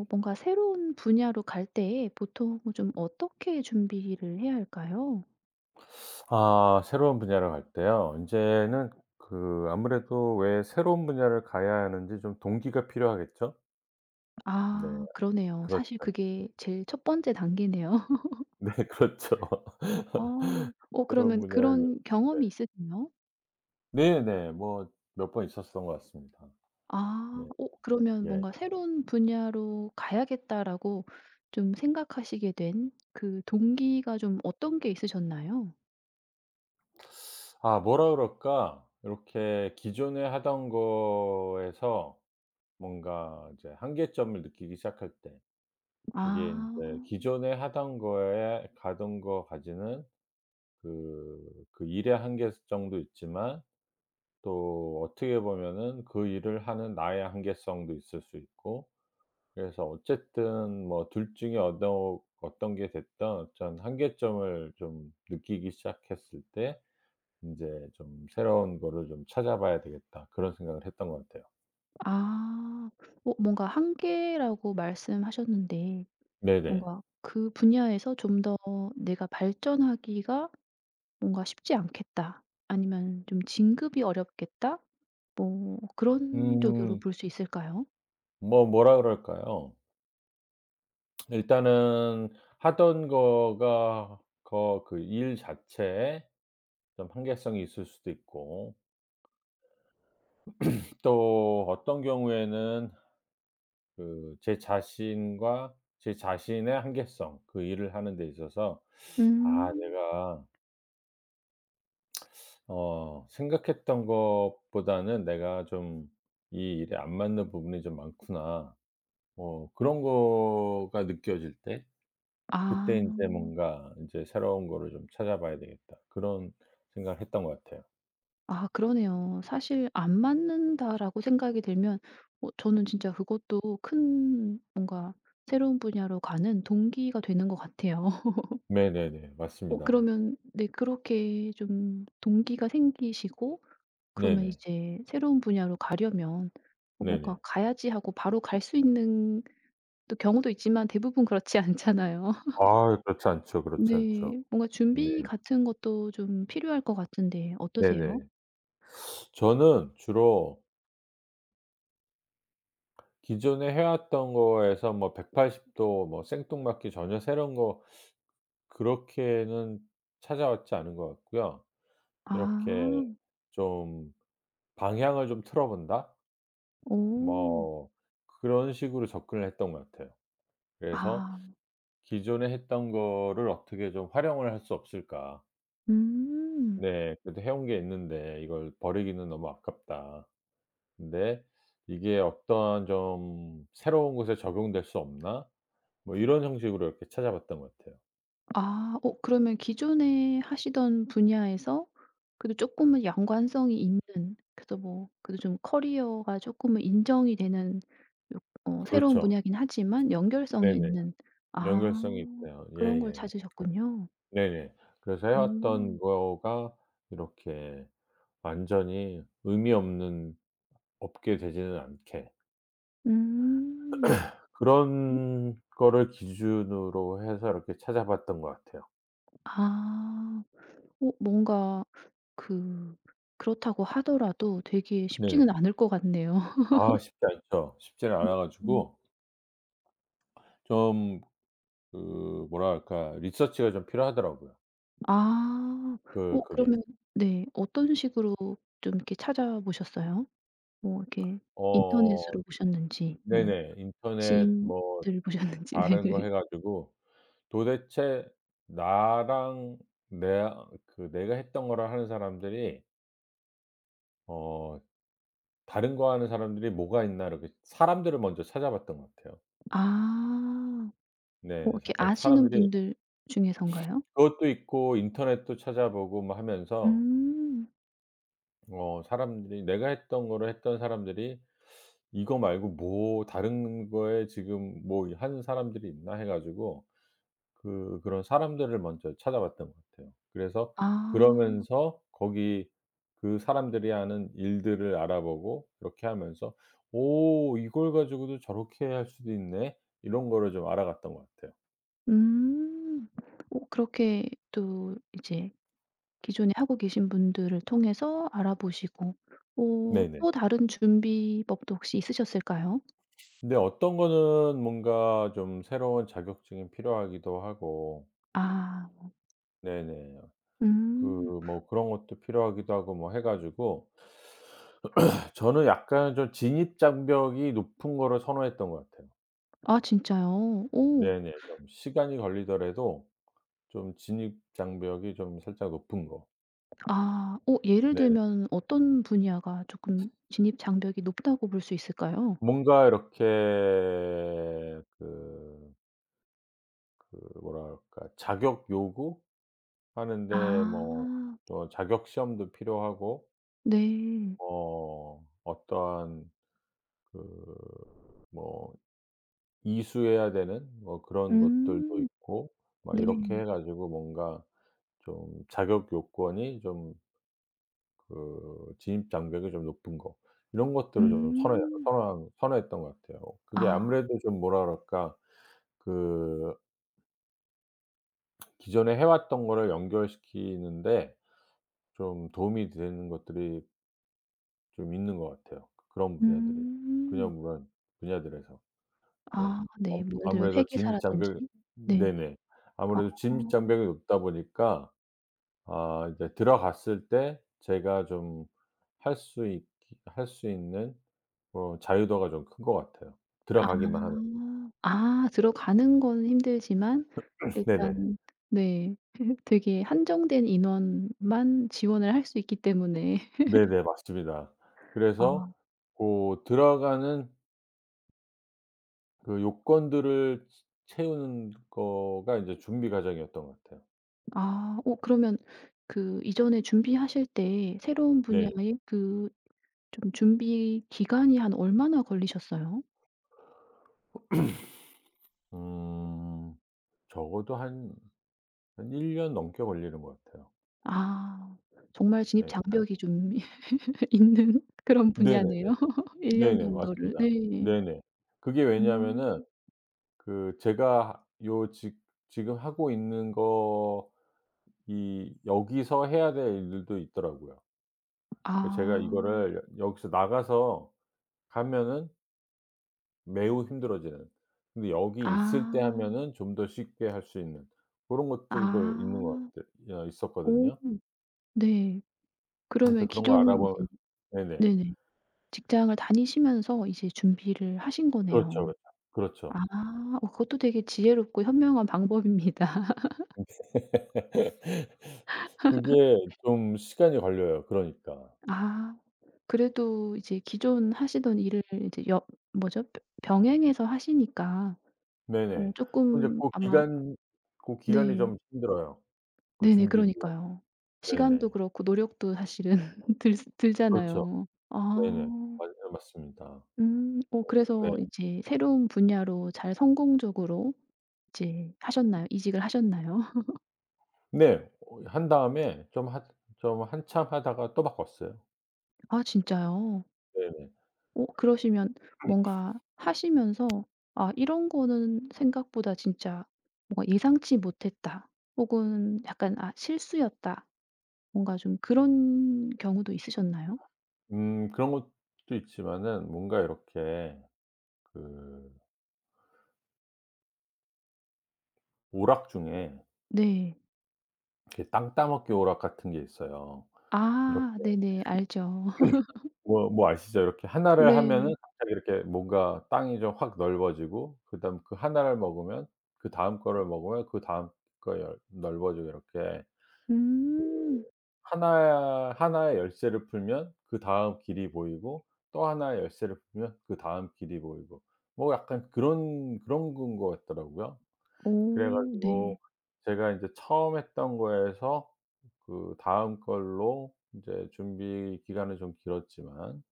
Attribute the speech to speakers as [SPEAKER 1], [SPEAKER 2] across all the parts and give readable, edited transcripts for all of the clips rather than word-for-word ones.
[SPEAKER 1] 어 뭔가 새로운 분야로 갈 때 보통 뭐 좀 어떻게 준비를 해야 할까요?
[SPEAKER 2] 아 새로운 분야로 갈 때요. 이제는 그 아무래도 왜 새로운 분야를 가야 하는지 좀 동기가 필요하겠죠? 네.
[SPEAKER 1] 아 그러네요.
[SPEAKER 2] 그렇죠.
[SPEAKER 1] 사실 그게 제일 첫 번째 단계네요.
[SPEAKER 2] 네 그렇죠.
[SPEAKER 1] 어. 어
[SPEAKER 2] 새로운
[SPEAKER 1] 그러면
[SPEAKER 2] 분야를
[SPEAKER 1] 그런
[SPEAKER 2] 네.
[SPEAKER 1] 경험이 있으세요?
[SPEAKER 2] 네네. 몇 번 있었던 것 같습니다. 네.
[SPEAKER 1] 아. 어 그러면
[SPEAKER 2] 예.
[SPEAKER 1] 뭔가 '새로운 분야로 가야겠다.'라고 좀 생각하시게 된 그 동기가 좀 어떤 게 있으셨나요?
[SPEAKER 2] 아 뭐라 그럴까? 이렇게 기존에 하던 거에서 뭔가 이제 한계점을 느끼기 시작할 때 그게 이제
[SPEAKER 1] 아.
[SPEAKER 2] 기존에 하던 거에 가던 거 가지는 그 일의 한계성도 있지만 또 어떻게 보면은 그 일을 하는 나의 한계성도 있을 수 있고, 그래서 어쨌든 뭐 둘 중에 어떤 게 됐든 전 한계점을 좀 느끼기 시작했을 때 인제 좀 '새로운 거를 좀 찾아봐야 되겠다.' 그런 생각을 했던 것 같아요.
[SPEAKER 1] 아. 어 뭔가 한계라고 말씀하셨는데
[SPEAKER 2] 네네.
[SPEAKER 1] 뭔가 그 분야에서 좀 더 내가 발전하기가 뭔가 쉽지 않겠다. 아니면 좀 진급이 어렵겠다. 뭐 그런 쪽으로 볼
[SPEAKER 2] 음
[SPEAKER 1] 수 있을까요?
[SPEAKER 2] 뭐라 그럴까요? 일단은 하던 거가 거 그 일 자체에 좀 한계성이 있을 수도 있고, 또 어떤 경우에는 그 제 자신과 제 자신의 한계성, 그 일을 하는 데 있어서 '아
[SPEAKER 1] 음.
[SPEAKER 2] 내가 생각했던 것보다는 내가 좀 이 일에 안 맞는 부분이 좀 많구나.' 뭐 그런 거가 느껴질 때
[SPEAKER 1] 아.
[SPEAKER 2] 그때 인제 뭔가 인제 '새로운 거를 좀 찾아봐야 되겠다.' 그런 생각을 했던 것 같아요.
[SPEAKER 1] 아 그러네요. 사실 '안 맞는다.'라고 생각이 들면 어 저는 진짜 그것도 큰 뭔가 새로운 분야로 가는 동기가 되는 것 같아요.
[SPEAKER 2] 네네네.
[SPEAKER 1] 어
[SPEAKER 2] 맞습니다.
[SPEAKER 1] 그러면 네 그렇게 좀 동기가 생기시고 그러면
[SPEAKER 2] 네네.
[SPEAKER 1] 이제 새로운 분야로 가려면 어 뭔가
[SPEAKER 2] 네네.
[SPEAKER 1] '가야지.' 하고 바로 갈 수 있는 또 경우도 있지만 대부분 그렇지 않잖아요.
[SPEAKER 2] 아 그렇지 않죠, 그렇지 않죠.
[SPEAKER 1] 네. 뭔가
[SPEAKER 2] 네.
[SPEAKER 1] 준비 같은 것도 좀 필요할 것 같은데 어떠세요?
[SPEAKER 2] 네네. 저는 주로 기존에 해 왔던 거에서 뭐 180도 뭐 생뚱맞게 전혀 새로운 거 그렇게는 찾아왔지 않은 것 같고요. 이렇게
[SPEAKER 1] 아.
[SPEAKER 2] 좀 '방향을 좀 틀어 본다.'
[SPEAKER 1] 어.
[SPEAKER 2] 뭐 그런 식으로 접근을 했던 것 같아요. 그래서
[SPEAKER 1] 아.
[SPEAKER 2] 기존에 했던 거를 어떻게 좀 활용을 할 수 없을까.
[SPEAKER 1] 음.
[SPEAKER 2] 네. 그래도 해온 게 있는데 이걸 버리기는 너무 아깝다. 근데 '이게 어떤 좀 새로운 곳에 적용될 수 없나?' 뭐 이런 형식으로 이렇게 찾아봤던 것 같아요.
[SPEAKER 1] 아. 어 그러면 기존에 하시던 분야에서 그래도 조금은 연관성이 있는 그래서 뭐 그래도 좀 커리어가 조금은 인정이 되는 요 어 새로운
[SPEAKER 2] 그렇죠.
[SPEAKER 1] 분야긴 하지만 연결성이
[SPEAKER 2] 네네.
[SPEAKER 1] 있는 아
[SPEAKER 2] 연결성이 있어요.
[SPEAKER 1] 그런 걸
[SPEAKER 2] 예예. 그
[SPEAKER 1] 찾으셨군요.
[SPEAKER 2] 네네. 그래서 해 왔던
[SPEAKER 1] 음.
[SPEAKER 2] 거가 이렇게 완전히 의미 없는 없게 되지는 않게,
[SPEAKER 1] 음.
[SPEAKER 2] 그런 거를 기준으로 해서 이렇게 찾아봤던 것 같아요.
[SPEAKER 1] 아. 어 뭔가 그 그렇다고 하더라도 되게
[SPEAKER 2] 네네.
[SPEAKER 1] 쉽지는 않을 것 같네요.
[SPEAKER 2] 아 쉽지 않죠. 쉽지는 않아
[SPEAKER 1] 음.
[SPEAKER 2] 가지고 좀 그 뭐랄까 리서치가 좀 필요하더라고요.
[SPEAKER 1] 아.
[SPEAKER 2] 그
[SPEAKER 1] 어
[SPEAKER 2] 그게.
[SPEAKER 1] 그러면 네. 어떤 식으로 좀 이렇게 찾아보셨어요? 뭐 이렇게 인터넷으로
[SPEAKER 2] 어
[SPEAKER 1] 보셨는지 뭐
[SPEAKER 2] 네네. 인터넷 뭐
[SPEAKER 1] 지인들 보셨는지
[SPEAKER 2] 다른 거
[SPEAKER 1] 네네.
[SPEAKER 2] 해 가지고 도대체 나랑 내가 했던 거를 하는 사람들이 어 '다른 거 하는 사람들이 뭐가 있나.' 이렇게 사람들을 먼저 찾아봤던 것 같아요.
[SPEAKER 1] 아.
[SPEAKER 2] 네.
[SPEAKER 1] 뭐, 이렇게
[SPEAKER 2] 그래서
[SPEAKER 1] 아시는
[SPEAKER 2] 사람들이,
[SPEAKER 1] 분들 중에선가요?
[SPEAKER 2] 그것도 있고 인터넷도 찾아보고 뭐 하면서
[SPEAKER 1] 음.
[SPEAKER 2] 사람들이 내가 했던 거를 했던 사람들이 '이거 말고 뭐 다른 거에 지금 뭐 하는 사람들이 있나.' 해 가지고 그런 사람들을 먼저 찾아봤던 것 같아요. 그래서
[SPEAKER 1] 아.
[SPEAKER 2] 그러면서 거기 그 사람들이 하는 일들을 알아보고 이렇게 하면서 '오 이걸 가지고도 저렇게 할 수도 있네.' 이런 거를 좀 알아갔던 것 같아요.
[SPEAKER 1] 음. 어 그렇게 또 이제 기존에 하고 계신 분들을 통해서 알아보시고 어
[SPEAKER 2] 네네.
[SPEAKER 1] 또 다른 준비법도 혹시 있으셨을까요?
[SPEAKER 2] 근데 어떤 거는 뭔가 좀 새로운 자격증이 필요하기도 하고,
[SPEAKER 1] 아.
[SPEAKER 2] 네네. 그
[SPEAKER 1] 음.
[SPEAKER 2] 뭐 그런 것도 필요하기도 하고 뭐 해 가지고, 저는 약간 좀 진입장벽이 높은 거를 선호했던 것 같아요.
[SPEAKER 1] 아 진짜요? 오.
[SPEAKER 2] 네네. 좀 시간이 걸리더라도 좀 진입 장벽이 좀 살짝 높은 거.
[SPEAKER 1] 아 오 예를
[SPEAKER 2] 네네.
[SPEAKER 1] 들면 어떤 분야가 조금 진입 장벽이 높다고 볼 수 있을까요?
[SPEAKER 2] 뭔가 이렇게 그 뭐랄까, 자격
[SPEAKER 1] 아
[SPEAKER 2] 요구하는데 뭐 또 자격 시험도 필요하고,
[SPEAKER 1] 네.
[SPEAKER 2] 어떠한 그 뭐 이수해야 되는 뭐 그런 것들도
[SPEAKER 1] 음
[SPEAKER 2] 있고, 막 이렇게
[SPEAKER 1] 네.
[SPEAKER 2] 해 가지고 뭔가 좀 자격 요건이 좀 그 진입 장벽이 좀 높은 거, 이런 것들을 좀 선호해요.
[SPEAKER 1] 음.
[SPEAKER 2] 선호한 선호했던 것 같아요. 그게
[SPEAKER 1] 아
[SPEAKER 2] 아무래도 좀 뭐라 그럴까 그 기존에 해 왔던 거를 연결시키는데 좀 도움이 되는 것들이 좀 있는 것 같아요, 그런 분야들이.
[SPEAKER 1] 음.
[SPEAKER 2] 그냥 물론 분야들에서. 네.
[SPEAKER 1] 아 네.
[SPEAKER 2] 암
[SPEAKER 1] 뭐 예를 들면
[SPEAKER 2] 아무래도 진입 장벽이,
[SPEAKER 1] 회계사라든지. 네.
[SPEAKER 2] 네네.
[SPEAKER 1] 어.
[SPEAKER 2] 아무래도 진입 장벽이 높다 보니까 아 이제 들어갔을 때 제가 좀 할 수 있기 할 수 있는 자유도가 좀 큰 것 같아요.
[SPEAKER 1] 아.
[SPEAKER 2] 들어가기만 하면.
[SPEAKER 1] 아
[SPEAKER 2] 네.
[SPEAKER 1] 들어가는 건 힘들지만
[SPEAKER 2] 네네.
[SPEAKER 1] 일단 네 되게 한정된 인원만 지원을 할 수 있기 때문에
[SPEAKER 2] 네네. 맞습니다.
[SPEAKER 1] 아.
[SPEAKER 2] 그래서 고 들어가는 그 요건들을 채 채우는 거가 인제 준비 과정이었던 것 같아요.
[SPEAKER 1] 아. 어 그러면 그 이전에 준비하실 때 새로운
[SPEAKER 2] 네.
[SPEAKER 1] 분야의 그 좀 준비 기간이 한 얼마나 걸리셨어요?
[SPEAKER 2] 음. 적어도 한 1년 넘게 걸리는 것 같아요.
[SPEAKER 1] 아. 정말 진입
[SPEAKER 2] 네. 한
[SPEAKER 1] 장벽이 좀 있는 그런
[SPEAKER 2] 네네.
[SPEAKER 1] 분야네요. 1년
[SPEAKER 2] 네네.
[SPEAKER 1] 정도를
[SPEAKER 2] 맞습니다.
[SPEAKER 1] 네.
[SPEAKER 2] 네네. 그게
[SPEAKER 1] 음.
[SPEAKER 2] 왜냐면은 그 제가 요 지 지금 하고 있는 거, 이 여기서 해야 될 일들도 있더라고요. 그 제가
[SPEAKER 1] 아.
[SPEAKER 2] 이거를 여기서 나가서 하면은 매우 힘들어지는, 근데 여기 있을 때
[SPEAKER 1] 아.
[SPEAKER 2] 하면은 좀 더 쉽게 할 수 있는 고런 것들도 있는 것
[SPEAKER 1] 아.
[SPEAKER 2] 같아 예
[SPEAKER 1] 오.
[SPEAKER 2] 있었거든요.
[SPEAKER 1] 네.
[SPEAKER 2] 그래서
[SPEAKER 1] 그러면
[SPEAKER 2] 그런 거
[SPEAKER 1] 기존
[SPEAKER 2] 알아봐
[SPEAKER 1] 이제
[SPEAKER 2] 네네.
[SPEAKER 1] 네네. 직장을 다니시면서 이제 준비를 하신
[SPEAKER 2] 그렇죠,
[SPEAKER 1] 거네요.
[SPEAKER 2] 그렇죠.
[SPEAKER 1] 아.
[SPEAKER 2] 그렇죠.
[SPEAKER 1] 어 그것도 되게 지혜롭고 현명한 방법입니다.
[SPEAKER 2] 그게 좀 시간이 걸려요 그러니까.
[SPEAKER 1] 아. 그래도 이제 기존 하시던 일을 이제 여 뭐죠? 병 병행해서 하시니까 어
[SPEAKER 2] 네네. 근제
[SPEAKER 1] 금
[SPEAKER 2] 고
[SPEAKER 1] 아마
[SPEAKER 2] 기간 고 기간이
[SPEAKER 1] 네.
[SPEAKER 2] 좀 힘들어요. 그
[SPEAKER 1] 네네.
[SPEAKER 2] 준비 기간.
[SPEAKER 1] 그러니까요. 시간도
[SPEAKER 2] 네네.
[SPEAKER 1] 그렇고 노력도 사실은 들
[SPEAKER 2] 그렇죠.
[SPEAKER 1] 들잖아요.
[SPEAKER 2] 네네.
[SPEAKER 1] 아.
[SPEAKER 2] 맞아요. 맞습니다.
[SPEAKER 1] 음. 어
[SPEAKER 2] 네.
[SPEAKER 1] 그래서 이제 새로운 분야로 잘 성공적으로 이제 하셨나요? 이직을 하셨나요?
[SPEAKER 2] 네. 어 한 다음에 좀 한참 하다가 또 바꿨어요.
[SPEAKER 1] 아 진짜요?
[SPEAKER 2] 네네.
[SPEAKER 1] 어 그러시면 뭔가 하시면서 '아 이런 거는 생각보다 진짜 뭔가 예상치 못했다.' 혹은 약간 '아 실수였다.' 뭔가 좀 그런 경우도 있으셨나요?
[SPEAKER 2] 그런 것도 있지만은 뭔가 이렇게 그 오락 중에
[SPEAKER 1] 네.
[SPEAKER 2] 이렇게 땅 따먹기 오락 같은 게 있어요. 이렇게
[SPEAKER 1] 아 네네. 알죠.
[SPEAKER 2] 뭐 아시죠? 이렇게 하나를 하면은
[SPEAKER 1] 네.
[SPEAKER 2] 갑자기 이렇게 뭔가 땅이 좀 확 넓어지고, 그다음 그 하나를 먹으면 그다음 거를 먹으면 그다음 거에 넓어지고, 이렇게
[SPEAKER 1] 음.
[SPEAKER 2] 하나 하나의 열쇠를 풀면 그다음 길이 보이고 또 하나의 열쇠를 풀면 그다음 길이 보이고, 뭐 약간 그런 건 것 같더라고요. 그래
[SPEAKER 1] 오 네.
[SPEAKER 2] 가지고 제가 인제 처음 했던 거에서 그다음 걸로 인제 준비 기간은 좀 길었지만,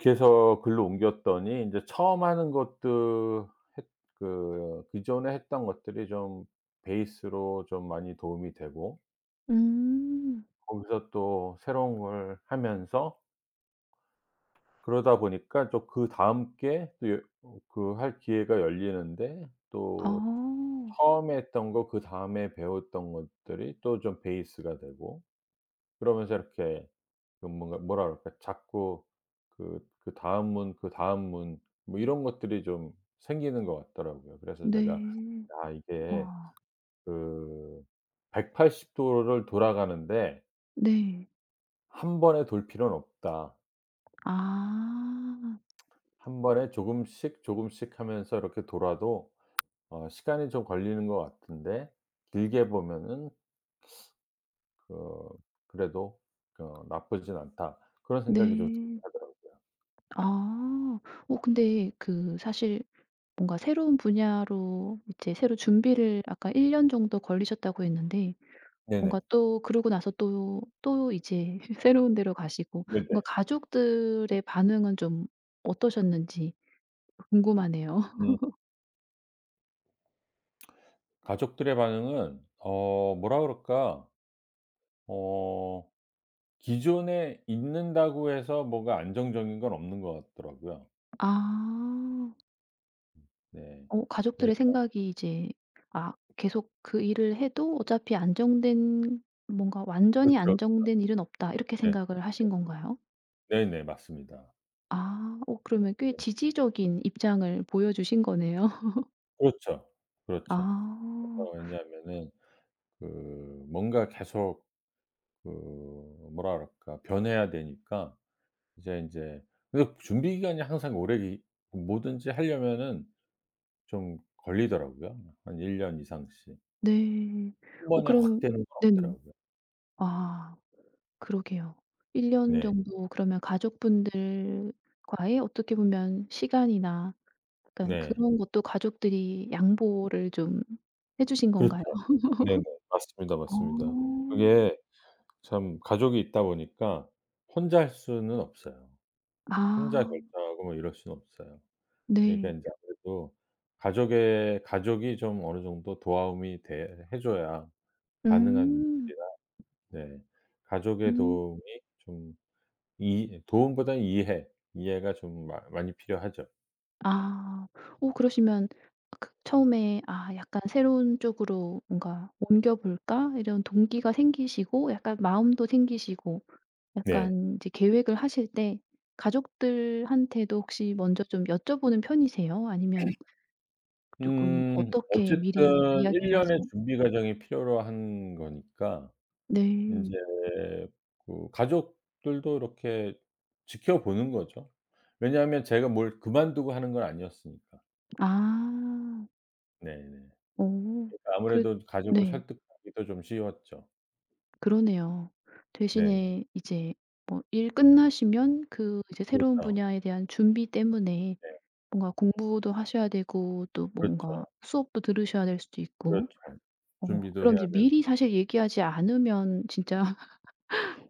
[SPEAKER 2] 그래서 글로 옮겼더니 인제 처음 하는 것도 했 그 기존에 했던 것들이 좀 베이스로 좀 많이 도움이 되고,
[SPEAKER 1] 음.
[SPEAKER 2] 거기서 또 새로운 걸 하면서 그러다 보니까 또 그다음 게또 그 할 기회가 열리는데
[SPEAKER 1] 아.
[SPEAKER 2] 또 처음에 했던 거 그다음에 배웠던 것들이 또 좀 베이스가 되고, 그러면서 이렇게 그 뭔가 뭐라 그럴까 자꾸 그 그다음 문, 그다음 문 뭐 이런 것들이 좀 생기는 것 같더라고요. 그래서 제가
[SPEAKER 1] 네.
[SPEAKER 2] '아 이게
[SPEAKER 1] 와.
[SPEAKER 2] 그 180 도를 돌아가는데
[SPEAKER 1] 네.
[SPEAKER 2] 한 번에 돌 필요는 없다.
[SPEAKER 1] 아.
[SPEAKER 2] 한 번에 조금씩, 조금씩 하면서 이렇게 돌아도 시간이 좀 걸리는 것 같은데 길게 보면은 그 그래도 나쁘진 않다.' 그런 생각이 좀 들긴
[SPEAKER 1] 네.
[SPEAKER 2] 하더라고요.
[SPEAKER 1] 아. 어 근데 그 사실 뭔가 새로운 분야로 이제 새로 준비를 아까 1년 정도 걸리셨다고 했는데 뭔가
[SPEAKER 2] 네네.
[SPEAKER 1] 또 그러고 나서 또 이제 새로운 데로 가시고 뭔가
[SPEAKER 2] 네네.
[SPEAKER 1] 가족들의 반응은 좀 어떠셨는지 궁금하네요.
[SPEAKER 2] 음. 가족들의 반응은 뭐라 그럴까? 어 기존에 있는다고 해서 뭐가 안정적인 건 없는 것 같더라고요.
[SPEAKER 1] 아.
[SPEAKER 2] 네.
[SPEAKER 1] 어
[SPEAKER 2] 네.
[SPEAKER 1] 가족들의 생각이 이제 아 계속 그 일을 해도 어차피 안정된 뭔가
[SPEAKER 2] 그렇죠.
[SPEAKER 1] '완전히
[SPEAKER 2] 그렇죠.
[SPEAKER 1] 안정된 일은 없다.' 이렇게
[SPEAKER 2] 네. 네.
[SPEAKER 1] 생각을 하신 건가요?
[SPEAKER 2] 네네. 맞습니다.
[SPEAKER 1] 아. 어 그러면 꽤
[SPEAKER 2] 네.
[SPEAKER 1] 지지적인 입장을 보여주신 거네요.
[SPEAKER 2] 그렇죠. 그렇죠.
[SPEAKER 1] 아.
[SPEAKER 2] 그래서 왜냐하면은 그 뭔가 계속 그 뭐랄까 변해야 되니까 인제 근데 준비 기간이 항상 오래 기 뭐든지 하려면은 좀 걸리더라고요. 한 1년 이상씩.
[SPEAKER 1] 네.
[SPEAKER 2] 한
[SPEAKER 1] 어
[SPEAKER 2] 번에 확
[SPEAKER 1] 그럼
[SPEAKER 2] 되는 건
[SPEAKER 1] 네네.
[SPEAKER 2] 없더라고요.
[SPEAKER 1] 아 그러게요. 1년 년
[SPEAKER 2] 네.
[SPEAKER 1] 정도 그러면 가족분들과의 어떻게 보면 시간이나 약간
[SPEAKER 2] 네.
[SPEAKER 1] 그런 것도 가족들이 양보를 좀 해 주신
[SPEAKER 2] 그렇죠.
[SPEAKER 1] 건가요?
[SPEAKER 2] 네네. 맞습니다, 맞습니다.
[SPEAKER 1] 어.
[SPEAKER 2] 그게 참 가족이 있다 보니까 혼자 할 수는 없어요. 혼자
[SPEAKER 1] 아
[SPEAKER 2] 결정하고 뭐 이럴 수는 없어요. 그러니까
[SPEAKER 1] 네.
[SPEAKER 2] 인제 아무래도 가족의 가족이 좀 어느 정도 도와움이 돼 해 줘야 가능한
[SPEAKER 1] 음.
[SPEAKER 2] 일이라 네. 가족의
[SPEAKER 1] 음.
[SPEAKER 2] 도움이 좀 이 도움보다는 이해, 이해가 좀 마 많이 필요하죠.
[SPEAKER 1] 아. 어 그러시면 그 처음에 '아 약간 새로운 쪽으로 뭔가 옮겨 볼까?' 이런 동기가 생기시고 약간 마음도 생기시고
[SPEAKER 2] 네.
[SPEAKER 1] 약간 이제 계획을 하실 때 가족들한테도 혹시 먼저 좀 여쭤보는 편이세요? 아니면 조금 어떻게 미리
[SPEAKER 2] 어쨌든 1
[SPEAKER 1] 이야기를
[SPEAKER 2] 년의
[SPEAKER 1] 하세요?
[SPEAKER 2] 준비 과정이 필요로 한 거니까 인제
[SPEAKER 1] 네.
[SPEAKER 2] 그 가족들도 이렇게 지켜보는 거죠. 왜냐하면 제가 뭘 그만두고 하는 건 아니었으니까.
[SPEAKER 1] 아.
[SPEAKER 2] 네네.
[SPEAKER 1] 오,
[SPEAKER 2] 그러니까
[SPEAKER 1] 그래
[SPEAKER 2] 아무래도 가족을
[SPEAKER 1] 네.
[SPEAKER 2] 설득하기도 좀 쉬웠죠.
[SPEAKER 1] 그러네요.
[SPEAKER 2] 네네.
[SPEAKER 1] 대신에 이제 뭐 일 끝나시면 그 이제 새로운
[SPEAKER 2] 그렇죠.
[SPEAKER 1] 분야에 대한 준비 때문에
[SPEAKER 2] 네.
[SPEAKER 1] 뭔가 공부도 하셔야 되고 또
[SPEAKER 2] 그렇죠,
[SPEAKER 1] 뭔가 수업도 들으셔야 될 수도 있고
[SPEAKER 2] 그렇죠.
[SPEAKER 1] 어
[SPEAKER 2] 준비도 해야
[SPEAKER 1] 그럼 이제
[SPEAKER 2] 되고.
[SPEAKER 1] 미리 사실 얘기하지 않으면 진짜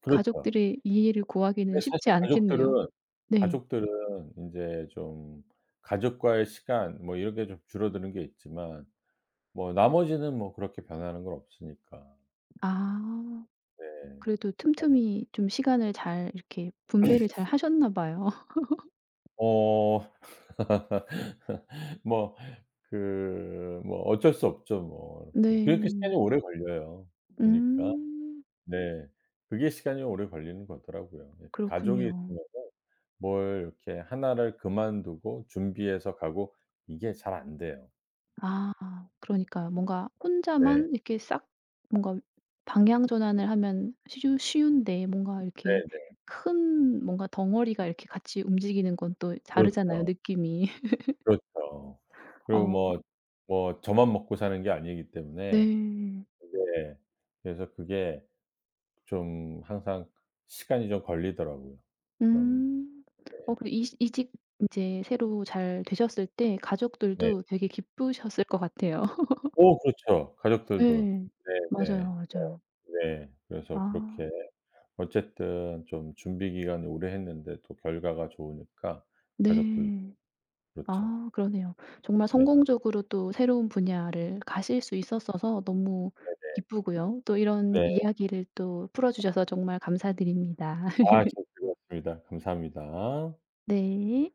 [SPEAKER 2] 그렇죠.
[SPEAKER 1] 가족들의 이해를 구하기는
[SPEAKER 2] 근데
[SPEAKER 1] 쉽지
[SPEAKER 2] 사실
[SPEAKER 1] 않겠네요. 네.
[SPEAKER 2] 가족들은 인제 좀 가족과의 시간 뭐 이런 게 좀 줄어드는 게 있지만 뭐 나머지는 뭐 그렇게 변하는 건 없으니까.
[SPEAKER 1] 아
[SPEAKER 2] 네.
[SPEAKER 1] 그래도
[SPEAKER 2] 가족
[SPEAKER 1] 틈틈이 좀 시간을 잘 이렇게 분배를 잘 하셨나 봐요.
[SPEAKER 2] 어. 뭐 뭐 어쩔 수 없죠 뭐 이렇게. 그렇게 시간이
[SPEAKER 1] 네.
[SPEAKER 2] 오래 걸려요 보니까.
[SPEAKER 1] 음.
[SPEAKER 2] 네. 그게 시간이 오래 걸리는 거더라고요. 예. 가족이
[SPEAKER 1] 그렇군요.
[SPEAKER 2] 있으면은 뭘 이렇게 하나를 그만두고 준비해서 가고 이게 잘 안 돼요.
[SPEAKER 1] 아 그러니까요. 뭔가
[SPEAKER 2] 네.
[SPEAKER 1] 혼자만 이렇게 싹 뭔가 방향 전환을 하면 쉬 쉬운데 뭔가 이렇게
[SPEAKER 2] 네네.
[SPEAKER 1] 큰 뭔가 덩어리가 이렇게 같이 움직이는 건 또 다르잖아요,
[SPEAKER 2] 그렇죠.
[SPEAKER 1] 느낌이.
[SPEAKER 2] 그렇죠. 그리고
[SPEAKER 1] 어
[SPEAKER 2] 뭐 저만 먹고 사는 게 아니기 때문에
[SPEAKER 1] 네.
[SPEAKER 2] 네. 그래서 그게 좀 항상 시간이 좀 걸리더라고요. 그럼
[SPEAKER 1] 음.
[SPEAKER 2] 네.
[SPEAKER 1] 어 그 이시 이직 인제 새로 잘 되셨을 때
[SPEAKER 2] 네.
[SPEAKER 1] 가족들도 되게 기쁘셨을 것 같아요.
[SPEAKER 2] 어 그렇죠. 가족들도.
[SPEAKER 1] 예.
[SPEAKER 2] 네네.
[SPEAKER 1] 맞아요,
[SPEAKER 2] 어
[SPEAKER 1] 맞아요.
[SPEAKER 2] 네. 그래서
[SPEAKER 1] 아
[SPEAKER 2] 그렇게 어쨌든 좀 준비 기간을 오래 했는데 또 결과가 좋으니까 가족들
[SPEAKER 1] 네.
[SPEAKER 2] 그렇죠.
[SPEAKER 1] 아 그러네요. 정말
[SPEAKER 2] 네.
[SPEAKER 1] 성공적으로 또 새로운 분야를 가실 수 있었어서 너무 기쁘고요. 또 이런
[SPEAKER 2] 네. 네.
[SPEAKER 1] 이야기를 또 풀어 주셔서 정말 감사드립니다.
[SPEAKER 2] 아 저도 즐거웠습니다. 감사합니다.
[SPEAKER 1] 네.